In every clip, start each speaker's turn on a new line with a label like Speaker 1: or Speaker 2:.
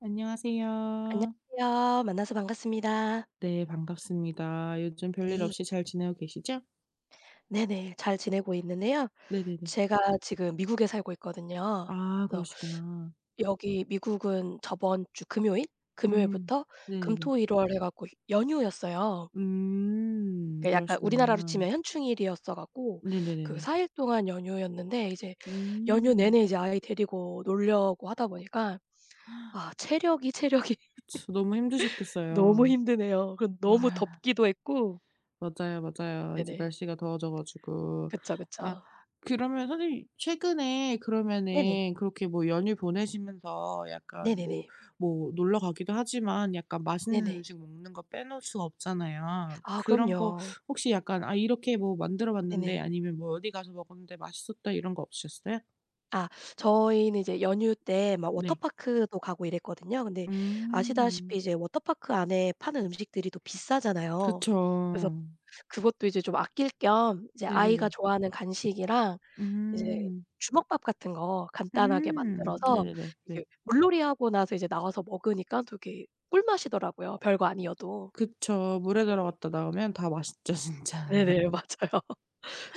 Speaker 1: 안녕하세요.
Speaker 2: 안녕하세요. 만나서 반갑습니다.
Speaker 1: 네, 반갑습니다. 요즘 별일
Speaker 2: 네.
Speaker 1: 없이 잘 지내고 계시죠?
Speaker 2: 네네, 잘 지내고 있는데요.
Speaker 1: 네네네.
Speaker 2: 제가 지금 미국에 살고 있거든요.
Speaker 1: 아,
Speaker 2: 그래서
Speaker 1: 그러시구나.
Speaker 2: 여기 미국은 저번 주 금요일?
Speaker 1: 음.
Speaker 2: 금요일부터 금,
Speaker 1: 네네네.
Speaker 2: 토, 일, 월 해 갖고 연휴였어요.
Speaker 1: 음.
Speaker 2: 그러니까 약간 우리나라로
Speaker 1: 그러시구나.
Speaker 2: 치면 현충일이었어 갖고 그
Speaker 1: 네네네네.
Speaker 2: 4 일 동안 연휴였는데 이제 연휴
Speaker 1: 음.
Speaker 2: 내내 이제 아이 데리고 놀려고 하다 보니까 아 체력이
Speaker 1: 그쵸. 너무
Speaker 2: 너무
Speaker 1: 힘드셨겠어요.
Speaker 2: 힘드네요. 그리고 너무
Speaker 1: 아.
Speaker 2: 덥기도 했고.
Speaker 1: 맞아요, 맞아요. 이제
Speaker 2: 네네.
Speaker 1: 날씨가 더워져 가지고.
Speaker 2: 그쵸,
Speaker 1: 아,
Speaker 2: 그쵸.
Speaker 1: 그러면 선생님 최근에
Speaker 2: 네네.
Speaker 1: 그러면은 그렇게 연휴 보내시면서 약간 뭐
Speaker 2: 네네네.
Speaker 1: 뭐 놀러 가기도 하지만 약간 맛있는
Speaker 2: 네네.
Speaker 1: 음식 먹는 거 빼놓을 수가 없잖아요.
Speaker 2: 아
Speaker 1: 그런 거
Speaker 2: 그럼요.
Speaker 1: 혹시 약간 "아 이렇게 뭐 만들어 봤는데."
Speaker 2: 네네.
Speaker 1: 아니면 뭐 "어디 가서 먹었는데 맛있었다." 이런 거 없으셨어요?
Speaker 2: 아 저희는 이제 연휴 때 막
Speaker 1: 네.
Speaker 2: 워터파크도 가고 이랬거든요. 근데
Speaker 1: 음.
Speaker 2: 아시다시피 이제 워터파크 안에 파는 음식들이 또 비싸잖아요.
Speaker 1: 그쵸.
Speaker 2: 그래서 그것도 이제 좀 아낄 겸 이제 아이가
Speaker 1: 네네네.
Speaker 2: 좋아하는 간식이랑 이제
Speaker 1: 음.
Speaker 2: 주먹밥 같은 거 간단하게
Speaker 1: 음.
Speaker 2: 만들어서,
Speaker 1: 네네네.
Speaker 2: 이게
Speaker 1: 네.
Speaker 2: 물놀이하고 나서 이제 나와서 먹으니까 되게 꿀맛이더라고요, 별거 아니어도.
Speaker 1: 그쵸. 물에 들어갔다 나오면 다 맛있죠 진짜.
Speaker 2: 네네. 맞아요.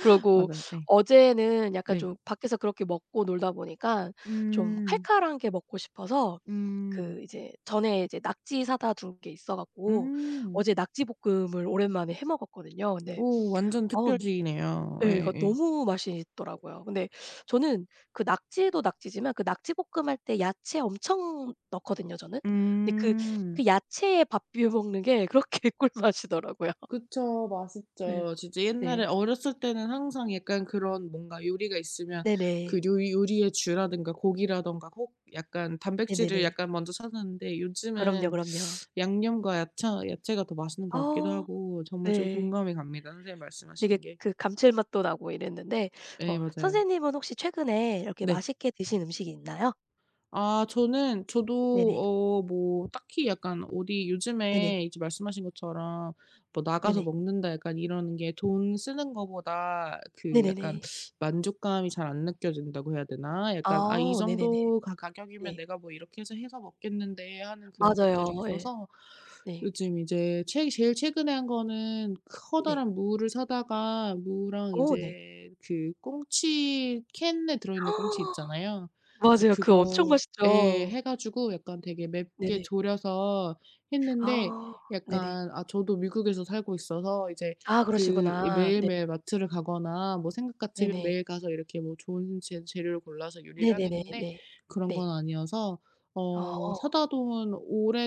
Speaker 1: 맞아요. 예.
Speaker 2: 어제는 약간
Speaker 1: 네.
Speaker 2: 좀 밖에서 그렇게 먹고 놀다 보니까 좀
Speaker 1: 음.
Speaker 2: 칼칼한 게 먹고 싶어서
Speaker 1: 음.
Speaker 2: 그 이제 전에 이제 낙지 사다 둔 게 있어 갖고
Speaker 1: 음.
Speaker 2: 어제 낙지볶음을 오랜만에 해 먹었거든요. 근데
Speaker 1: 오, 완전
Speaker 2: 어우,
Speaker 1: 특별식이네요.
Speaker 2: 예 이거
Speaker 1: 예예예.
Speaker 2: 너무 맛있더라고요. 근데 저는 그 낙지도 낙지지만 그 낙지볶음 할 때 야채 엄청 넣거든요 저는. 근데 그
Speaker 1: 음.
Speaker 2: 그 야채에 밥 비벼 먹는 게 그렇게 꿀맛이더라고요.
Speaker 1: 그쵸.
Speaker 2: 네.
Speaker 1: 맛있죠. 진짜 옛날에
Speaker 2: 네.
Speaker 1: 어렸을 때는 항상 약간 그런 뭔가 요리가 있으면 그
Speaker 2: 네네.
Speaker 1: 요리의 주라든가 고기라든가 꼭 약간 단백질을
Speaker 2: 네네네.
Speaker 1: 약간 먼저 찾았는데
Speaker 2: 그럼요,
Speaker 1: 요즘은
Speaker 2: 그럼요.
Speaker 1: 양념과 야채가 더 맛있는 것 같기도
Speaker 2: 어
Speaker 1: 하고 정말 좀
Speaker 2: 네.
Speaker 1: 공감이 갑니다, 선생님
Speaker 2: 되게
Speaker 1: 말씀하신 게.
Speaker 2: 그 감칠맛도 나고 이랬는데.
Speaker 1: 예,
Speaker 2: 어
Speaker 1: 맞아요.
Speaker 2: 선생님은 혹시 최근에 이렇게
Speaker 1: 네.
Speaker 2: 맛있게 드신 음식이 있나요?
Speaker 1: 아, 저는 저도
Speaker 2: 네네.
Speaker 1: 뭐 딱히 약간 어디
Speaker 2: 네네.
Speaker 1: 요즘에 이제 말씀하신 것처럼 뭐 "나가서
Speaker 2: 네네.
Speaker 1: 먹는다." 약간 이러는 게 돈 쓰는 거보다 그 약간
Speaker 2: 네네네.
Speaker 1: 만족감이 잘 안 느껴진다고 해야 되나? 약간 "아 이
Speaker 2: 아 네네네.
Speaker 1: 정도 가 가격이면
Speaker 2: 네.
Speaker 1: 내가 뭐 이렇게 해서 먹겠는데." 하는 그런 것들이
Speaker 2: 맞아요. 예.
Speaker 1: 있어서
Speaker 2: 네.
Speaker 1: 요즘 이제 최 제일 최근에 한 거는
Speaker 2: 네네.
Speaker 1: 커다란 무를 사다가 무랑
Speaker 2: 어 네.
Speaker 1: 이제 그 꽁치 캔에 들어있는 꽁치 있잖아요. 그래서
Speaker 2: 맞아요. 그거 엄청
Speaker 1: 그거 예.
Speaker 2: 맛있죠.
Speaker 1: 해 가지고 약간 되게 맵게
Speaker 2: 네네.
Speaker 1: 졸여서 했는데
Speaker 2: 아 네네.
Speaker 1: 약간 아, 저도 미국에서 살고 있어서 이제
Speaker 2: 아
Speaker 1: 그
Speaker 2: 그러시구나.
Speaker 1: 이
Speaker 2: 네.
Speaker 1: 매일매일 마트를 가거나 뭐 생각 같으면 매일
Speaker 2: 네네.
Speaker 1: 가서 이렇게 뭐 좋은 재 재료를 골라서 요리를
Speaker 2: 네네네
Speaker 1: 하겠는데
Speaker 2: 네.
Speaker 1: 그런 건
Speaker 2: 네.
Speaker 1: 아니어서 어,
Speaker 2: 어
Speaker 1: 사다 놓은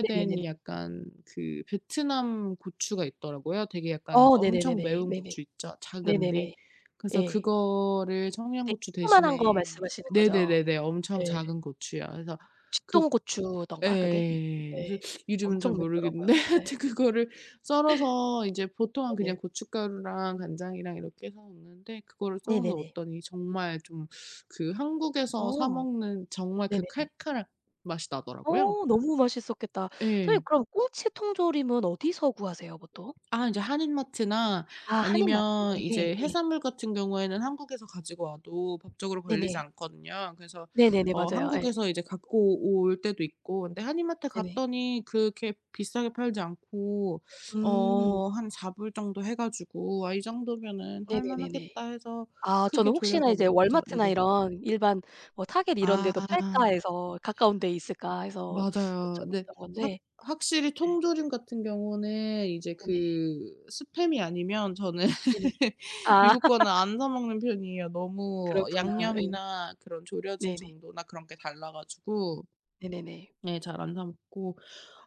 Speaker 2: 네네네네.
Speaker 1: 약간 그 베트남 고추가 있더라고요. 되게 약간
Speaker 2: 어
Speaker 1: 엄청
Speaker 2: 네네네네.
Speaker 1: 매운
Speaker 2: 네네.
Speaker 1: 고추 있죠. 작은데
Speaker 2: 네네네.
Speaker 1: 그래서
Speaker 2: 예.
Speaker 1: 그거를
Speaker 2: 되게
Speaker 1: 청양고추
Speaker 2: 조그만한 거
Speaker 1: 대신에.
Speaker 2: 말씀하시는 거죠?
Speaker 1: 네네네네. 엄청
Speaker 2: 예.
Speaker 1: 작은 고추요. 그래서 그
Speaker 2: 쥐똥고추던가 그게 이름이?
Speaker 1: 예.
Speaker 2: 예.
Speaker 1: 그래서 이름은 잘
Speaker 2: 엄청 맵더라고요.
Speaker 1: 모르겠는데
Speaker 2: 예.
Speaker 1: 하여튼 그거를 썰어서 이제 보통은 그냥
Speaker 2: 네네.
Speaker 1: 고춧가루랑 간장이랑 이렇게 해서 먹는데 그거를 썰어서
Speaker 2: 네네네.
Speaker 1: 넣었더니 정말 좀 그 한국에서 사
Speaker 2: 어.
Speaker 1: 먹는 정말 그
Speaker 2: 네네네.
Speaker 1: 칼칼한 맛이 나더라고요.
Speaker 2: 어 너무 맛있었겠다.
Speaker 1: 예.
Speaker 2: 선생님 그럼 꽁치 통조림은 어디서 구하세요 보통?
Speaker 1: 아, 이제 한인마트나
Speaker 2: 아
Speaker 1: 아니면
Speaker 2: 한인마트에.
Speaker 1: 이제
Speaker 2: 예.
Speaker 1: 해산물 같은 경우에는 한국에서 가지고 와도 법적으로 걸리지
Speaker 2: 네네.
Speaker 1: 않거든요. 그래서
Speaker 2: 네네네.
Speaker 1: 어,
Speaker 2: 맞아요. 예.
Speaker 1: 한국에서 이제 갖고 올 때도 있고, 근데 한인마트
Speaker 2: 네네.
Speaker 1: 갔더니 그렇게 비싸게 팔지 않고
Speaker 2: 음.
Speaker 1: 한 4불 정도 해 가지고 "아 이 정도면은 할
Speaker 2: 네네네네.
Speaker 1: 만하겠다." 해서
Speaker 2: 아
Speaker 1: 크게
Speaker 2: 저는 혹시나
Speaker 1: 졸여서
Speaker 2: 이제
Speaker 1: 먹었죠.
Speaker 2: 월마트나
Speaker 1: 네네.
Speaker 2: 이런 일반 뭐 타겟 이런 데도 팔까
Speaker 1: 아.
Speaker 2: 해서, 가까운 데 있을까 해서
Speaker 1: 맞아요. 근데
Speaker 2: 여쭤봤던
Speaker 1: 확
Speaker 2: 건데.
Speaker 1: 확실히
Speaker 2: 예.
Speaker 1: 통조림 같은 경우는 이제
Speaker 2: 네네.
Speaker 1: 그 스팸이 아니면 저는
Speaker 2: 네네. 아
Speaker 1: 미국 거는 안 사 먹는 편이에요. 너무
Speaker 2: 그렇구나. 예.
Speaker 1: 양념이나 그런 졸여진
Speaker 2: 네네.
Speaker 1: 정도나 그런 게 달라 가지고
Speaker 2: 네네네.
Speaker 1: 네, 잘 안 사 먹고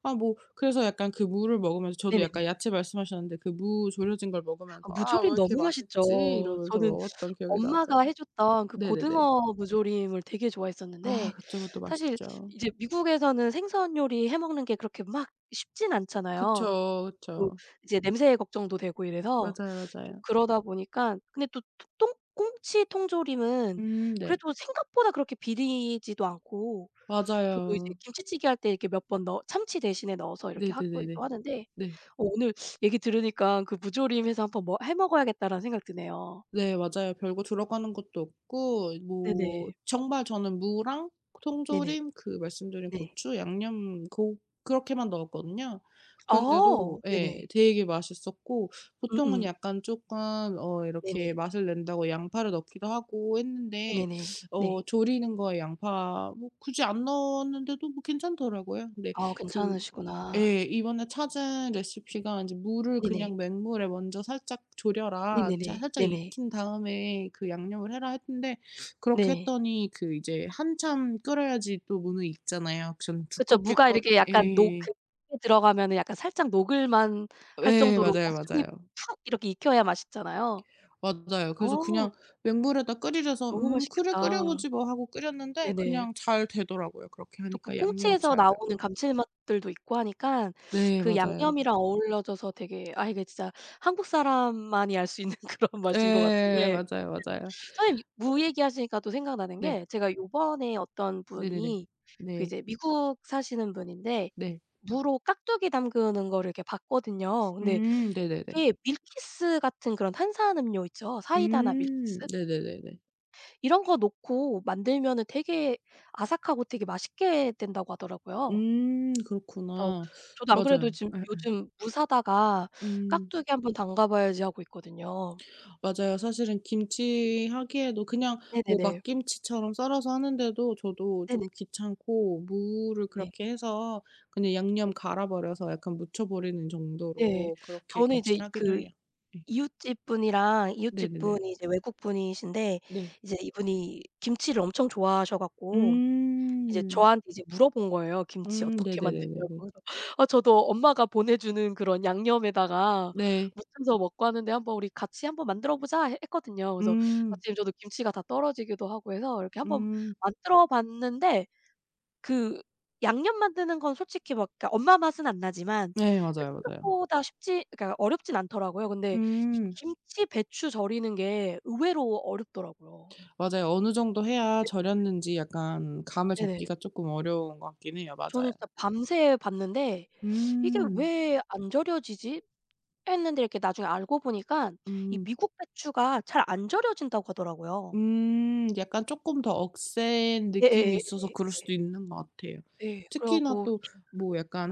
Speaker 1: 아 뭐 그래서 약간 그 무를 먹으면서 저도 약간
Speaker 2: 네네네.
Speaker 1: 야채 말씀하셨는데 그 무 졸여진 걸
Speaker 2: 아
Speaker 1: 먹으면서 "아 왜
Speaker 2: 무조림
Speaker 1: 이렇게
Speaker 2: 너무
Speaker 1: 맛있지?"
Speaker 2: 맛있죠.
Speaker 1: 이러면서
Speaker 2: 저는
Speaker 1: 먹었던 기억이 나져요.
Speaker 2: 엄마가 해 줬던 그
Speaker 1: 네네네.
Speaker 2: 고등어 무조림을 되게
Speaker 1: 아,
Speaker 2: 좋아했었는데.
Speaker 1: 그쵸. 그것도
Speaker 2: 사실
Speaker 1: 맛있죠.
Speaker 2: 이제 미국에서는 생선 요리 해 먹는 게 그렇게 막 쉽진 않잖아요.
Speaker 1: 그쵸,
Speaker 2: 또
Speaker 1: 그쵸.
Speaker 2: 이제 냄새 걱정도 되고 이래서
Speaker 1: 맞아요,
Speaker 2: 좀
Speaker 1: 맞아요.
Speaker 2: 그러다 보니까. 근데 또 통 꽁치 통조림은
Speaker 1: 음, 네.
Speaker 2: 그래도 생각보다 그렇게 비리지도 않고, 저도 이제
Speaker 1: 맞아요.
Speaker 2: 김치찌개 할 때 이렇게 몇 번 넣 참치 대신에 넣어서 이렇게 하기도
Speaker 1: 네네네네.
Speaker 2: 하는데,
Speaker 1: 네.
Speaker 2: 어 오늘 얘기 들으니까 그 무조림 해서 한번 뭐 해 먹어야겠다라는 생각 드네요.
Speaker 1: 네, 맞아요. 별거 들어가는 것도 없고 뭐
Speaker 2: 네네.
Speaker 1: 정말 저는 무랑
Speaker 2: 네네.
Speaker 1: 통조림 그 말씀드린
Speaker 2: 네.
Speaker 1: 고추 양념 고, 그렇게만 넣었거든요. 그런데도
Speaker 2: 어
Speaker 1: 예
Speaker 2: 네네.
Speaker 1: 되게 맛있었고 보통은
Speaker 2: 음음.
Speaker 1: 약간 조금 어 이렇게
Speaker 2: 네네.
Speaker 1: 맛을 낸다고 양파를 넣기도 하고 했는데
Speaker 2: 네네네.
Speaker 1: 어
Speaker 2: 네.
Speaker 1: 조리는 거에 양파 뭐 굳이 안 넣었는데도 뭐 괜찮더라고요. 근데
Speaker 2: 아
Speaker 1: 그
Speaker 2: 괜찮으시구나.
Speaker 1: 예. 이번에 찾은 레시피가 인제 "물을
Speaker 2: 네네.
Speaker 1: 그냥 맹물에 먼저 살짝 졸여라. 자
Speaker 2: 네네네.
Speaker 1: 살짝
Speaker 2: 네네.
Speaker 1: 익힌 다음에 그 양념을 해라." 했는데 그렇게
Speaker 2: 네.
Speaker 1: 했더니 그 이제 한참 끓여야지 또 문을 익잖아요. 전
Speaker 2: 그쵸.
Speaker 1: 두껍게
Speaker 2: 무가
Speaker 1: 꺼
Speaker 2: 이렇게 약간 녹
Speaker 1: 예.
Speaker 2: 그 물에 들어가면은 약간 살짝 녹을만 할
Speaker 1: 예.
Speaker 2: 정도로
Speaker 1: 맞아요,
Speaker 2: 엄청히
Speaker 1: 맞아요.
Speaker 2: 푹 이렇게 익혀야 맛있잖아요.
Speaker 1: 맞아요. 그래서
Speaker 2: 어
Speaker 1: 그냥 맹물에다 끓이려서
Speaker 2: 너무
Speaker 1: "음 그래
Speaker 2: 맛있겠다.
Speaker 1: 끓여 보지 뭐." 하고 끓였는데
Speaker 2: 네네.
Speaker 1: 그냥 잘 되더라고요. 그렇게
Speaker 2: 또 그
Speaker 1: 하니까 양념도
Speaker 2: 꽁치에서
Speaker 1: 잘
Speaker 2: 나오는
Speaker 1: 배고.
Speaker 2: 감칠맛들도 있고 하니까
Speaker 1: 네.
Speaker 2: 그
Speaker 1: 맞아요.
Speaker 2: 양념이랑 어우러져서 되게, 아 이게 진짜 한국 사람만이 알 수 있는 그런 맛인 것
Speaker 1: 예.
Speaker 2: 같은데.
Speaker 1: 맞아요, 맞아요.
Speaker 2: 선생님 무 얘기하시니까 또 생각나는
Speaker 1: 네.
Speaker 2: 게, 제가 요번에 어떤
Speaker 1: 네네네. 네.
Speaker 2: 분이 그
Speaker 1: 네.
Speaker 2: 이제 미국 사시는 분인데
Speaker 1: 네, 네.
Speaker 2: 무로 깍두기 담그는 거를 이렇게 봤거든요. 근데
Speaker 1: 음, 네네네.
Speaker 2: 이게 밀키스 같은 그런 탄산 음료 있죠. 사이다나
Speaker 1: 음,
Speaker 2: 밀키스?
Speaker 1: 네네네네.
Speaker 2: 이런 거 넣고 만들면은 되게 아삭하고 되게 맛있게 된다고 하더라고요.
Speaker 1: 음,
Speaker 2: 그래서
Speaker 1: 그렇구나.
Speaker 2: 저도 안 그래도
Speaker 1: 맞아요.
Speaker 2: 지금
Speaker 1: 예예.
Speaker 2: 요즘 무 사다가
Speaker 1: 음,
Speaker 2: 깍두기 한번 담가 봐야지 하고 있거든요.
Speaker 1: 맞아요. 사실은 김치 하기에도 그냥 뭐
Speaker 2: 네네네.
Speaker 1: 막김치처럼 썰어서 하는데도 저도 좀 귀찮고 무를
Speaker 2: 네네네.
Speaker 1: 그렇게 해서 그냥 양념 갈아 버려서 약간 묻혀 버리는
Speaker 2: 네.
Speaker 1: 정도로 그렇게
Speaker 2: 저는 이제
Speaker 1: 김치를 하기도
Speaker 2: 그
Speaker 1: 해요. 예.
Speaker 2: 이웃집 분이랑 이웃집
Speaker 1: 네네네.
Speaker 2: 분이 이제 외국 분이신데
Speaker 1: 네.
Speaker 2: 이제 이분이 김치를 엄청 좋아하셔 갖고 이제
Speaker 1: 음.
Speaker 2: 저한테 이제 물어본 거예요. "김치
Speaker 1: 음,
Speaker 2: 어떻게 만드냐고."
Speaker 1: 네네네네네.
Speaker 2: 그래서 아 저도 엄마가 보내주는 그런 양념에다가
Speaker 1: 네.
Speaker 2: 무쳐서 먹고 하는데 "한번 우리 같이 한번 만들어 보자." 했 했거든요. 그래서
Speaker 1: 음.
Speaker 2: 마침 저도 김치가 다 떨어지기도 하고 해서 이렇게 한번
Speaker 1: 음.
Speaker 2: 만들어 봤는데 그 양념 만드는 건 솔직히 막, 그러니까 엄마 맛은 안 나지만
Speaker 1: 네,
Speaker 2: 그
Speaker 1: 맞아요, 맞아요.
Speaker 2: 생각보다 쉽지, 그러니까 어렵진 않더라고요. 근데 이
Speaker 1: 음.
Speaker 2: 김치 배추 절이는 게 의외로 어렵더라고요.
Speaker 1: 맞아요. 어느 정도 해야 절였는지 약간 감을
Speaker 2: 네네.
Speaker 1: 잡기가 쪼끔 어려운 것 같긴 해요. 맞아요.
Speaker 2: 저는 진짜 밤새 봤는데 '이게
Speaker 1: 음.
Speaker 2: 왜 안 절여지지?' 했는데, 이렇게 나중에 알고 보니까 이
Speaker 1: 음.
Speaker 2: 미국 배추가 잘 안 절여진다고 하더라고요.
Speaker 1: 음, 약간 조금 더 억센 느낌이
Speaker 2: 예예예,
Speaker 1: 있어서
Speaker 2: 예.
Speaker 1: 그럴 수도 있는 것 같아요.
Speaker 2: 예. 그래
Speaker 1: 특히나
Speaker 2: 갖고.
Speaker 1: 또 뭐 약간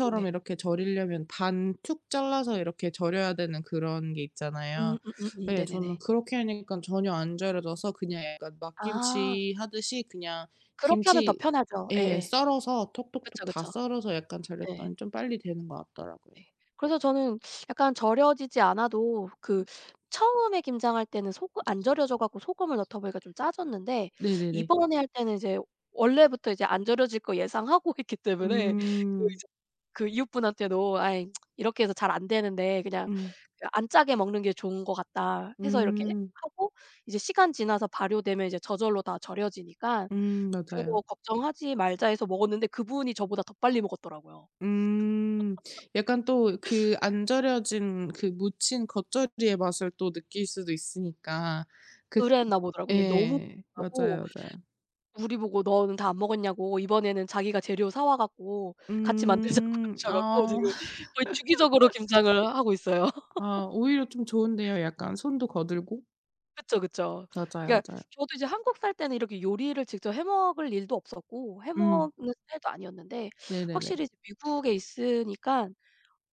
Speaker 2: 네네.
Speaker 1: 이렇게 절이려면 반 툭 잘라서 이렇게 절여야 되는 그런 게 있잖아요. 예, 저는
Speaker 2: 네네네.
Speaker 1: 그렇게 하니까 전혀 안 절여져서 그냥 약간
Speaker 2: 아.
Speaker 1: 막김치 하듯이 그냥
Speaker 2: 그렇게 하면 더
Speaker 1: 김치,
Speaker 2: 편하죠.
Speaker 1: 예
Speaker 2: 예예.
Speaker 1: 썰어서 톡톡톡
Speaker 2: 그쵸,
Speaker 1: 다
Speaker 2: 그쵸.
Speaker 1: 썰어서 약간
Speaker 2: 예.
Speaker 1: 절였더니 좀 빨리 되는 것 같더라고요.
Speaker 2: 네. 그래서 저는 약간 절여지지 않아도 그, 처음에 김장할 때는 소금 안 절여져 갖고 소금을 넣다 보니까 좀 짜졌는데,
Speaker 1: 네네네.
Speaker 2: 이번에 할 때는 이제 원래부터 이제 안 절여질 거 예상하고 했기 때문에 그
Speaker 1: 음.
Speaker 2: 이제 그 이웃분한테도 "아이 이렇게 해서 잘 안 되는데 그냥
Speaker 1: 음.
Speaker 2: 그 안 짜게 먹는 게 좋은 것 같다." 해서 이렇게
Speaker 1: 음.
Speaker 2: 하고, 이제 시간 지나서 발효되면 이제 저절로 다 절여지니까
Speaker 1: 음,
Speaker 2: "그런
Speaker 1: 맞아요.
Speaker 2: 거 걱정하지 말자." 해서 먹었는데 그분이 저보다 더 빨리 먹었더라고요.
Speaker 1: 음. 약간 또 그 안 절여진 그 묻힌 겉절이의 맛을 또 느낄 수도 있으니까 그
Speaker 2: 그랬나 보더라고요. 근데 너무
Speaker 1: 예.
Speaker 2: 하고,
Speaker 1: 맞아요, 맞아요.
Speaker 2: 우리 보고 "너는 다 안 먹었냐."고 이번에는 자기가 재료 사와 갖고 같이 만들자고
Speaker 1: 음.
Speaker 2: 하셔 갖고
Speaker 1: 아.
Speaker 2: 지금 거의 주기적으로 김장을 하고 있어요.
Speaker 1: 아, 오히려 좀 좋은데요. 약간 손도 거들고.
Speaker 2: 그쵸, 그쵸.
Speaker 1: 맞아요,
Speaker 2: 그러니까
Speaker 1: 맞아요.
Speaker 2: 저도 이제 한국 살 때는 이렇게 요리를 직접 해 먹을 일도 없었고 해
Speaker 1: 음.
Speaker 2: 먹는 스타일도 아니었는데
Speaker 1: 네네네.
Speaker 2: 확실히 이제 미국에 있으니까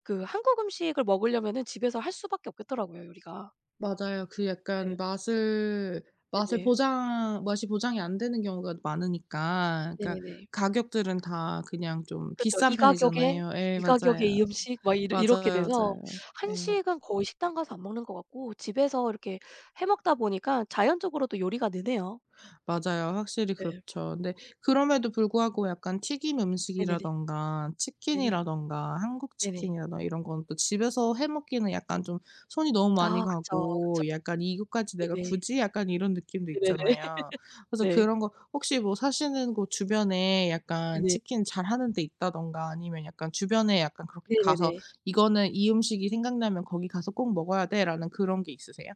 Speaker 2: 그 한국 음식을 먹으려면은 집에서 할 수밖에 없겠더라고요 요리가.
Speaker 1: 맞아요. 그 약간
Speaker 2: 예.
Speaker 1: 맛을
Speaker 2: 네네.
Speaker 1: 보장 맛이 보장이 안 되는 경우가 많으니까 그러니까
Speaker 2: 네네네.
Speaker 1: 가격들은 다 그냥 좀
Speaker 2: 그쵸.
Speaker 1: 비싼
Speaker 2: 이 가격에
Speaker 1: 편이잖아요. 예,
Speaker 2: 이 가격에
Speaker 1: 맞아요.
Speaker 2: 이 음식 막 이러 이렇게
Speaker 1: 맞아요,
Speaker 2: 돼서
Speaker 1: 맞아요. 예.
Speaker 2: 한식은 거의 식당 가서 안 먹는 것 같고 집에서 이렇게 해 먹다 보니까 자연적으로 또 요리가 느네요.
Speaker 1: 맞아요. 확실히
Speaker 2: 네.
Speaker 1: 그렇죠. 근데 그럼에도 불구하고 약간 튀김
Speaker 2: 네네네.
Speaker 1: 음식이라든가
Speaker 2: 네네.
Speaker 1: 치킨이라든가 한국
Speaker 2: 네네.
Speaker 1: 치킨이라든가 이런 건 또 집에서 해 먹기는 약간 좀 손이 너무 많이
Speaker 2: 아 그쵸, 그쵸.
Speaker 1: 가고 약간 "이것까지 내가
Speaker 2: 네네.
Speaker 1: 굳이?" 약간 이런 느낌도
Speaker 2: 네네네.
Speaker 1: 있잖아요. 그래서
Speaker 2: 네.
Speaker 1: 그런 거 혹시 뭐 사시는 곳 주변에 약간
Speaker 2: 네네.
Speaker 1: 치킨 잘하는 데 있다든가 아니면 약간 주변에 약간 그렇게 가서
Speaker 2: 네네네.
Speaker 1: "이거는 이 음식이 생각나면 거기 가서 꼭 먹어야 돼."라는 그런 게 있으세요?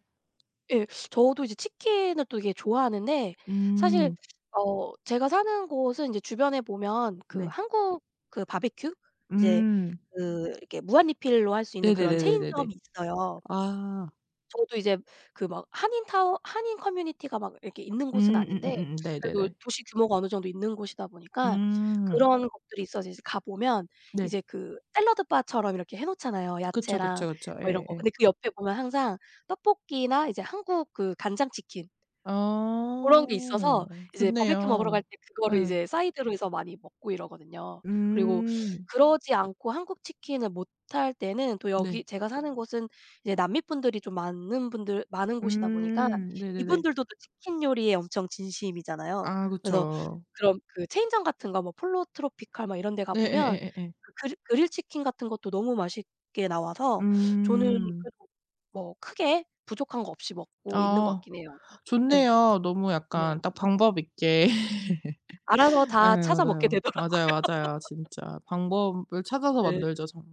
Speaker 2: 예. 저도 이제 치킨을 또 되게 좋아하는데 사실
Speaker 1: 음.
Speaker 2: 어 제가 사는 곳은 이제 주변에 보면 그
Speaker 1: 네.
Speaker 2: 한국 그 바비큐, 이제
Speaker 1: 음.
Speaker 2: 그 이렇게 무한 리필로 할 수 있는 그런
Speaker 1: 네네네네네네.
Speaker 2: 체인점이 있어요.
Speaker 1: 아.
Speaker 2: 저도 이제 그 막 한인 타운 한인 커뮤니티가 막 이렇게 있는 곳은
Speaker 1: 음,
Speaker 2: 아닌데 그래도
Speaker 1: 네네네.
Speaker 2: 도시 규모가 어느 정도 있는 곳이다 보니까
Speaker 1: 음.
Speaker 2: 그런 것들이 있어서 이제 가 보면
Speaker 1: 네.
Speaker 2: 이제 그 샐러드 바처럼 이렇게 해 놓잖아요,
Speaker 1: 그쵸,
Speaker 2: 야채랑
Speaker 1: 그쵸, 그쵸.
Speaker 2: 뭐 이런 거.
Speaker 1: 예예예.
Speaker 2: 근데 그 옆에 보면 항상 떡볶이나 이제 한국 그 간장치킨 고런 게 있어서
Speaker 1: 어.
Speaker 2: 이제 바비큐 먹으러 갈
Speaker 1: 좋네요.
Speaker 2: 때 그거를
Speaker 1: 예.
Speaker 2: 이제 사이드로 해서 많이 먹고 이러거든요. 그리고
Speaker 1: 음.
Speaker 2: 그러지 않고 한국 치킨을 못할 때는 또
Speaker 1: 네.
Speaker 2: 여기 제가 사는 곳은 이제 남미 분들이 좀 많은 분들 많은 곳이다 보니까
Speaker 1: 음. 네네네.
Speaker 2: 이분들도 또 치킨 요리에 엄청 진심이잖아요.
Speaker 1: 아,
Speaker 2: 그래서
Speaker 1: 그쵸.
Speaker 2: 그런 그 체인점 같은 거 뭐 폴로 트로피칼 막 이런 데 가 보면
Speaker 1: 예예예예예.
Speaker 2: 그 그릴 치킨 같은 것도 너무 맛있게 나와서 저는
Speaker 1: 음.
Speaker 2: 그래도 뭐 크게 부족한 거 없이 먹고 있는 것
Speaker 1: 아.
Speaker 2: 같긴 해요. 예.
Speaker 1: 좋네요. 너무
Speaker 2: 네네.
Speaker 1: 약간 딱 방법 있게.
Speaker 2: 알아서
Speaker 1: 예,
Speaker 2: 다 찾아 먹게
Speaker 1: 맞아요.
Speaker 2: 되더라고요.
Speaker 1: 맞아요, 맞아요. 진짜 방법을 찾아서
Speaker 2: 네.
Speaker 1: 만들죠 정말.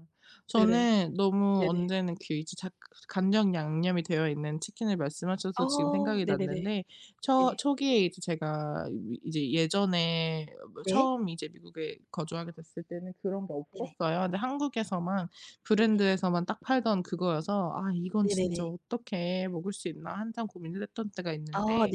Speaker 2: 네네.
Speaker 1: 저는 너무
Speaker 2: 네네.
Speaker 1: 언제는 그 이제 작 간장 양념이 되어 있는 치킨을 말씀하셔서 지금
Speaker 2: 어
Speaker 1: 생각이
Speaker 2: 네네네.
Speaker 1: 났는데 초
Speaker 2: 네.
Speaker 1: 초기에 이제 제가 이 이제 예전에 뭐
Speaker 2: 네.
Speaker 1: 처음 이제 미국에 거주하게 됐을 때는 그런 게
Speaker 2: 네네.
Speaker 1: 없었어요. 근데 한국에서만
Speaker 2: 네네.
Speaker 1: 브랜드에서만 딱 팔던 그거여서 "아 이건 진짜
Speaker 2: 네네네.
Speaker 1: 어떻게 먹을 수 있나." 한참 고민을 했던 때가
Speaker 2: 아
Speaker 1: 있는데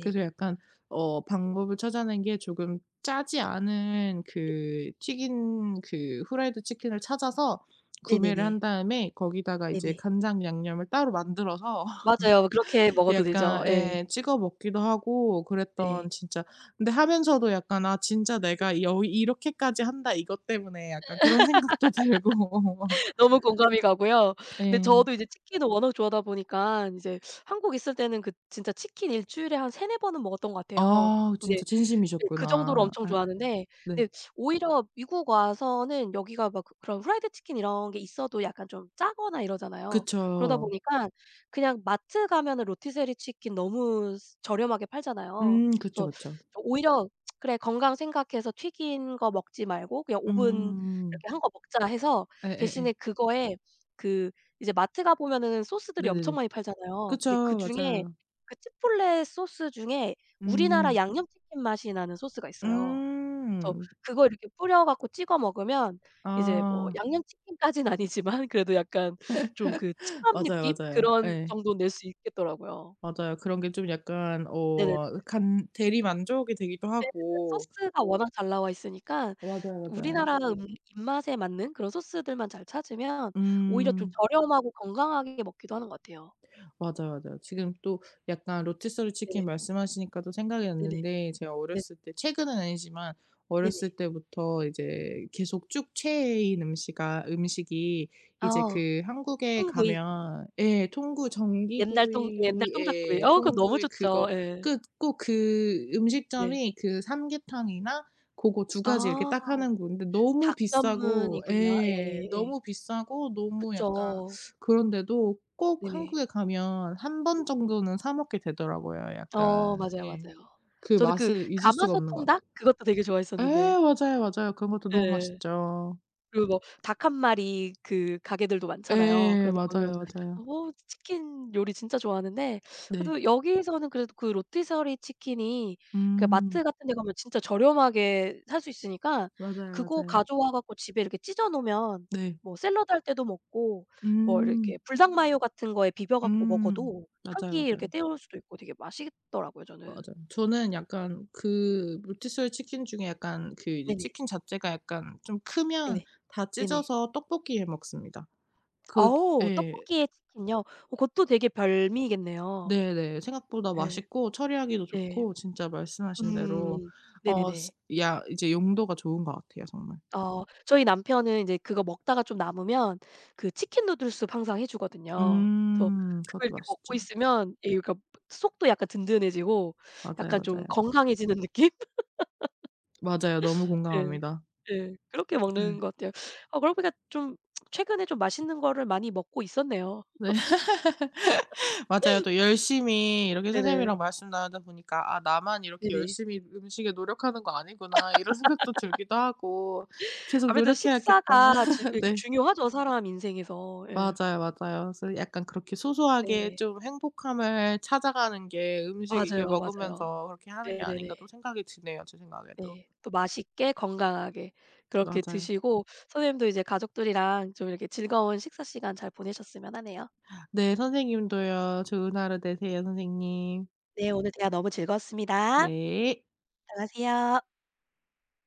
Speaker 1: 그래서 약간 어, 방법을 찾아낸 게 조금 짜지 않은
Speaker 2: 네.
Speaker 1: 그 튀긴 그 후라이드 치킨을 찾아서 구매를 한
Speaker 2: 네네네.
Speaker 1: 다음에 거기다가 이제
Speaker 2: 네네.
Speaker 1: 간장 양념을 따로 만들어서
Speaker 2: 맞아요. 그렇게 먹어도 되죠.
Speaker 1: 약간
Speaker 2: 예.
Speaker 1: 예 찍어 먹기도 하고
Speaker 2: 네.
Speaker 1: 그랬던 진짜 근데 하면서도 약간 "아 진짜 내가
Speaker 2: 네네.
Speaker 1: 여 이렇게까지 한다 이것 때문에." 약간 그런 생각도 들고.
Speaker 2: 너무 공감이 가고요. 근데
Speaker 1: 예.
Speaker 2: 저도 이제 치킨을 워낙 좋아하다 보니까 인제 한국 있을 때는 그 진짜 치킨 일 주일에 한 3-4 번은 먹었던 것 같아요.
Speaker 1: 아,
Speaker 2: 근데.
Speaker 1: 진짜
Speaker 2: 네. 그 정도로
Speaker 1: 진심이셨구나.
Speaker 2: 엄청
Speaker 1: 예예예.
Speaker 2: 좋아하는데
Speaker 1: 네.
Speaker 2: 근데 오히려 미국 와서는 여기가 막 그 그런 프라이드 치킨 이런 게 있어도 약간 좀 짜거나 이러잖아요. 그러다
Speaker 1: 그쵸.
Speaker 2: 보니까 그냥 마트 가면은 로티세리 치킨 너무 스 저렴하게 팔잖아요.
Speaker 1: 음, 그쵸,
Speaker 2: 그래서
Speaker 1: 그쵸.
Speaker 2: 저 오히려 '그래 건강 생각해서 튀긴 거 먹지 말고 그냥 오븐
Speaker 1: 음.
Speaker 2: 이렇게 한 거 먹자.' 해서
Speaker 1: 예예예.
Speaker 2: 대신에 그거에 그 이제 마트 가 보면은 소스들이 엄청
Speaker 1: 네네네.
Speaker 2: 많이 팔잖아요. 근데
Speaker 1: 그쵸.
Speaker 2: 그중에
Speaker 1: 맞아요.
Speaker 2: 그 치폴레 소스 중에 우리나라
Speaker 1: 음.
Speaker 2: 양념치킨 맛이 나는 소스가 있어요. 그래서
Speaker 1: 음.
Speaker 2: 그거 이렇게 뿌려 갖고 찍어 먹으면 이제 뭐
Speaker 1: 아.
Speaker 2: 양념치킨까진 아니지만 그래도 약간 좀 그 치밥
Speaker 1: 맞아요,
Speaker 2: 느낌
Speaker 1: 맞아요.
Speaker 2: 그런
Speaker 1: 예.
Speaker 2: 정도는 낼 수 있겠더라고요.
Speaker 1: 맞아요. 그런 게 좀 약간
Speaker 2: 네네네.
Speaker 1: 어 간 대리만족이 되기도
Speaker 2: 네네네.
Speaker 1: 하고.
Speaker 2: 소스가 워낙 잘 나와 있으니까
Speaker 1: 맞아요, 맞아요.
Speaker 2: 우리나라 입맛에 맞는 그런 소스들만 잘 찾으면 오히려 좀
Speaker 1: 음.
Speaker 2: 저렴하고 건강하게 먹기도 하는 것 같아요.
Speaker 1: 맞아요, 맞아요. 지금 또 약간 로티서리
Speaker 2: 네네.
Speaker 1: 치킨 말씀하시니까 또 생각이
Speaker 2: 네네.
Speaker 1: 났는데 제가
Speaker 2: 네.
Speaker 1: 어렸을 때 최근은 아니지만 어렸을
Speaker 2: 네네.
Speaker 1: 때부터 이제 계속 쭉 최애인 음식아 음식이 이제
Speaker 2: 아
Speaker 1: 그 한국에
Speaker 2: 통구이.
Speaker 1: 가면 예 통구
Speaker 2: 옛날
Speaker 1: 전기구이
Speaker 2: 통닭구이.
Speaker 1: 예
Speaker 2: 어 그거 너무
Speaker 1: 통구이
Speaker 2: 좋죠.
Speaker 1: 그거
Speaker 2: 예.
Speaker 1: 그 꼭 그
Speaker 2: 네.
Speaker 1: 음식점이 그 삼계탕이나 그거 두 가지 이렇게 딱
Speaker 2: 아
Speaker 1: 하는 군데 너무
Speaker 2: 닭
Speaker 1: 비싸고
Speaker 2: 전문이구나.
Speaker 1: 예.
Speaker 2: 예예예.
Speaker 1: 너무 비싸고 너무 약간
Speaker 2: 그쵸.
Speaker 1: 그런데도 꼭
Speaker 2: 네네.
Speaker 1: 한국에 가면 한 번 정도는 사 먹게 되더라고요
Speaker 2: 어
Speaker 1: 약간.
Speaker 2: 맞아요,
Speaker 1: 예.
Speaker 2: 맞아요.
Speaker 1: 그
Speaker 2: 저는 그
Speaker 1: 맛을 잊을 수가
Speaker 2: 가마솥
Speaker 1: 없는 것
Speaker 2: 통닭
Speaker 1: 같아요.
Speaker 2: 그것도 되게 좋아했었는데.
Speaker 1: 예, 맞아요, 맞아요. 그런 것도 너무
Speaker 2: 예.
Speaker 1: 맛있죠.
Speaker 2: 그리고 뭐 닭 한 마리 그 가게들도 많잖아요.
Speaker 1: 예,
Speaker 2: 그런데
Speaker 1: 맞아요,
Speaker 2: 가면,
Speaker 1: 맞아요.
Speaker 2: 어 치킨 요리 진짜 좋아하는데
Speaker 1: 네.
Speaker 2: 그래도 여기서는 그래도 그 로티서리 치킨이 그
Speaker 1: 음.
Speaker 2: 마트 같은 데 가면 진짜 저렴하게 살 수 있으니까
Speaker 1: 맞아요,
Speaker 2: 그거
Speaker 1: 맞아요.
Speaker 2: 가져와 갖고 집에 이렇게 찢어 놓으면
Speaker 1: 네.
Speaker 2: 뭐 샐러드 할 때도 먹고 뭐 이렇게
Speaker 1: 음.
Speaker 2: 불닭 마요 같은 거에 비벼 갖고
Speaker 1: 음.
Speaker 2: 먹어도 한
Speaker 1: 맞아요,
Speaker 2: 끼 이렇게
Speaker 1: 맞아요.
Speaker 2: 때울 수도 있고 되게 맛있더라고요 저는.
Speaker 1: 맞아요. 저는 약간 그 로티스의 치킨 중에 약간 그 이제
Speaker 2: 네네.
Speaker 1: 치킨 자체가 약간 좀 크면
Speaker 2: 네네.
Speaker 1: 다
Speaker 2: 네네.
Speaker 1: 찢어서 떡볶이에 먹습니다. 그
Speaker 2: 어
Speaker 1: 예.
Speaker 2: 떡볶이에 치킨요? 어 그것도 되게 별미겠네요.
Speaker 1: 네네. 생각보다
Speaker 2: 예.
Speaker 1: 맛있고 처리하기도
Speaker 2: 네.
Speaker 1: 좋고 진짜 말씀하신 대로
Speaker 2: 음.
Speaker 1: 어 스
Speaker 2: 네네네.
Speaker 1: 야 이제 용도가 좋은 것 같아요 정말.
Speaker 2: 어 저희 남편은 인제 그거 먹다가 좀 남으면 그 치킨 누들숲 항상 해 주거든요. 그래서
Speaker 1: 음.
Speaker 2: 그걸
Speaker 1: 그것도
Speaker 2: 이렇게
Speaker 1: 맛있죠.
Speaker 2: 먹고 있으면 예 그러니까 속도 약간 든든해지고
Speaker 1: 맞아요,
Speaker 2: 약간 좀
Speaker 1: 맞아요.
Speaker 2: 건강해지는 느낌?
Speaker 1: 맞아요. 너무
Speaker 2: 예.
Speaker 1: 공감합니다.
Speaker 2: 예. 그렇게 먹는
Speaker 1: 네.
Speaker 2: 것 같아요. 아 그러고 보니까 좀 최근에 좀 맛있는 거를 많이 먹고 있었네요.
Speaker 1: 네. 맞아요. 또 열심히 이렇게
Speaker 2: 네네.
Speaker 1: 선생님이랑 말씀 나누다 보니까 "아 나만 이렇게
Speaker 2: 네네.
Speaker 1: 열심히 음식에 노력하는 거 아니구나." 이런 생각도 들기도 하고 "계속
Speaker 2: 아무래도
Speaker 1: 노력해야겠다."
Speaker 2: 식사가 지 이렇게
Speaker 1: 네.
Speaker 2: 중요하죠, 사람 인생에서. 예.
Speaker 1: 맞아요, 맞아요. 그래서 약간 그렇게 소소하게
Speaker 2: 네.
Speaker 1: 좀 행복함을 찾아가는 게 음식 이렇게
Speaker 2: 맞아요, 맞아요.
Speaker 1: 먹으면서 그렇게 하는 게 아닌가 또
Speaker 2: 네네네.
Speaker 1: 생각이 드네요, 제 생각에도.
Speaker 2: 네. 또 맛있게 건강하게 그렇게
Speaker 1: 맞아요.
Speaker 2: 드시고 선생님도 이제 가족들이랑 좀 이렇게 즐거운 식사 시간 잘 보내셨으면 하네요.
Speaker 1: 네, 선생님도요. 좋은 하루 되세요, 선생님.
Speaker 2: 네. 오늘 대화 너무 즐거웠습니다.
Speaker 1: 네.
Speaker 2: 들어가세요.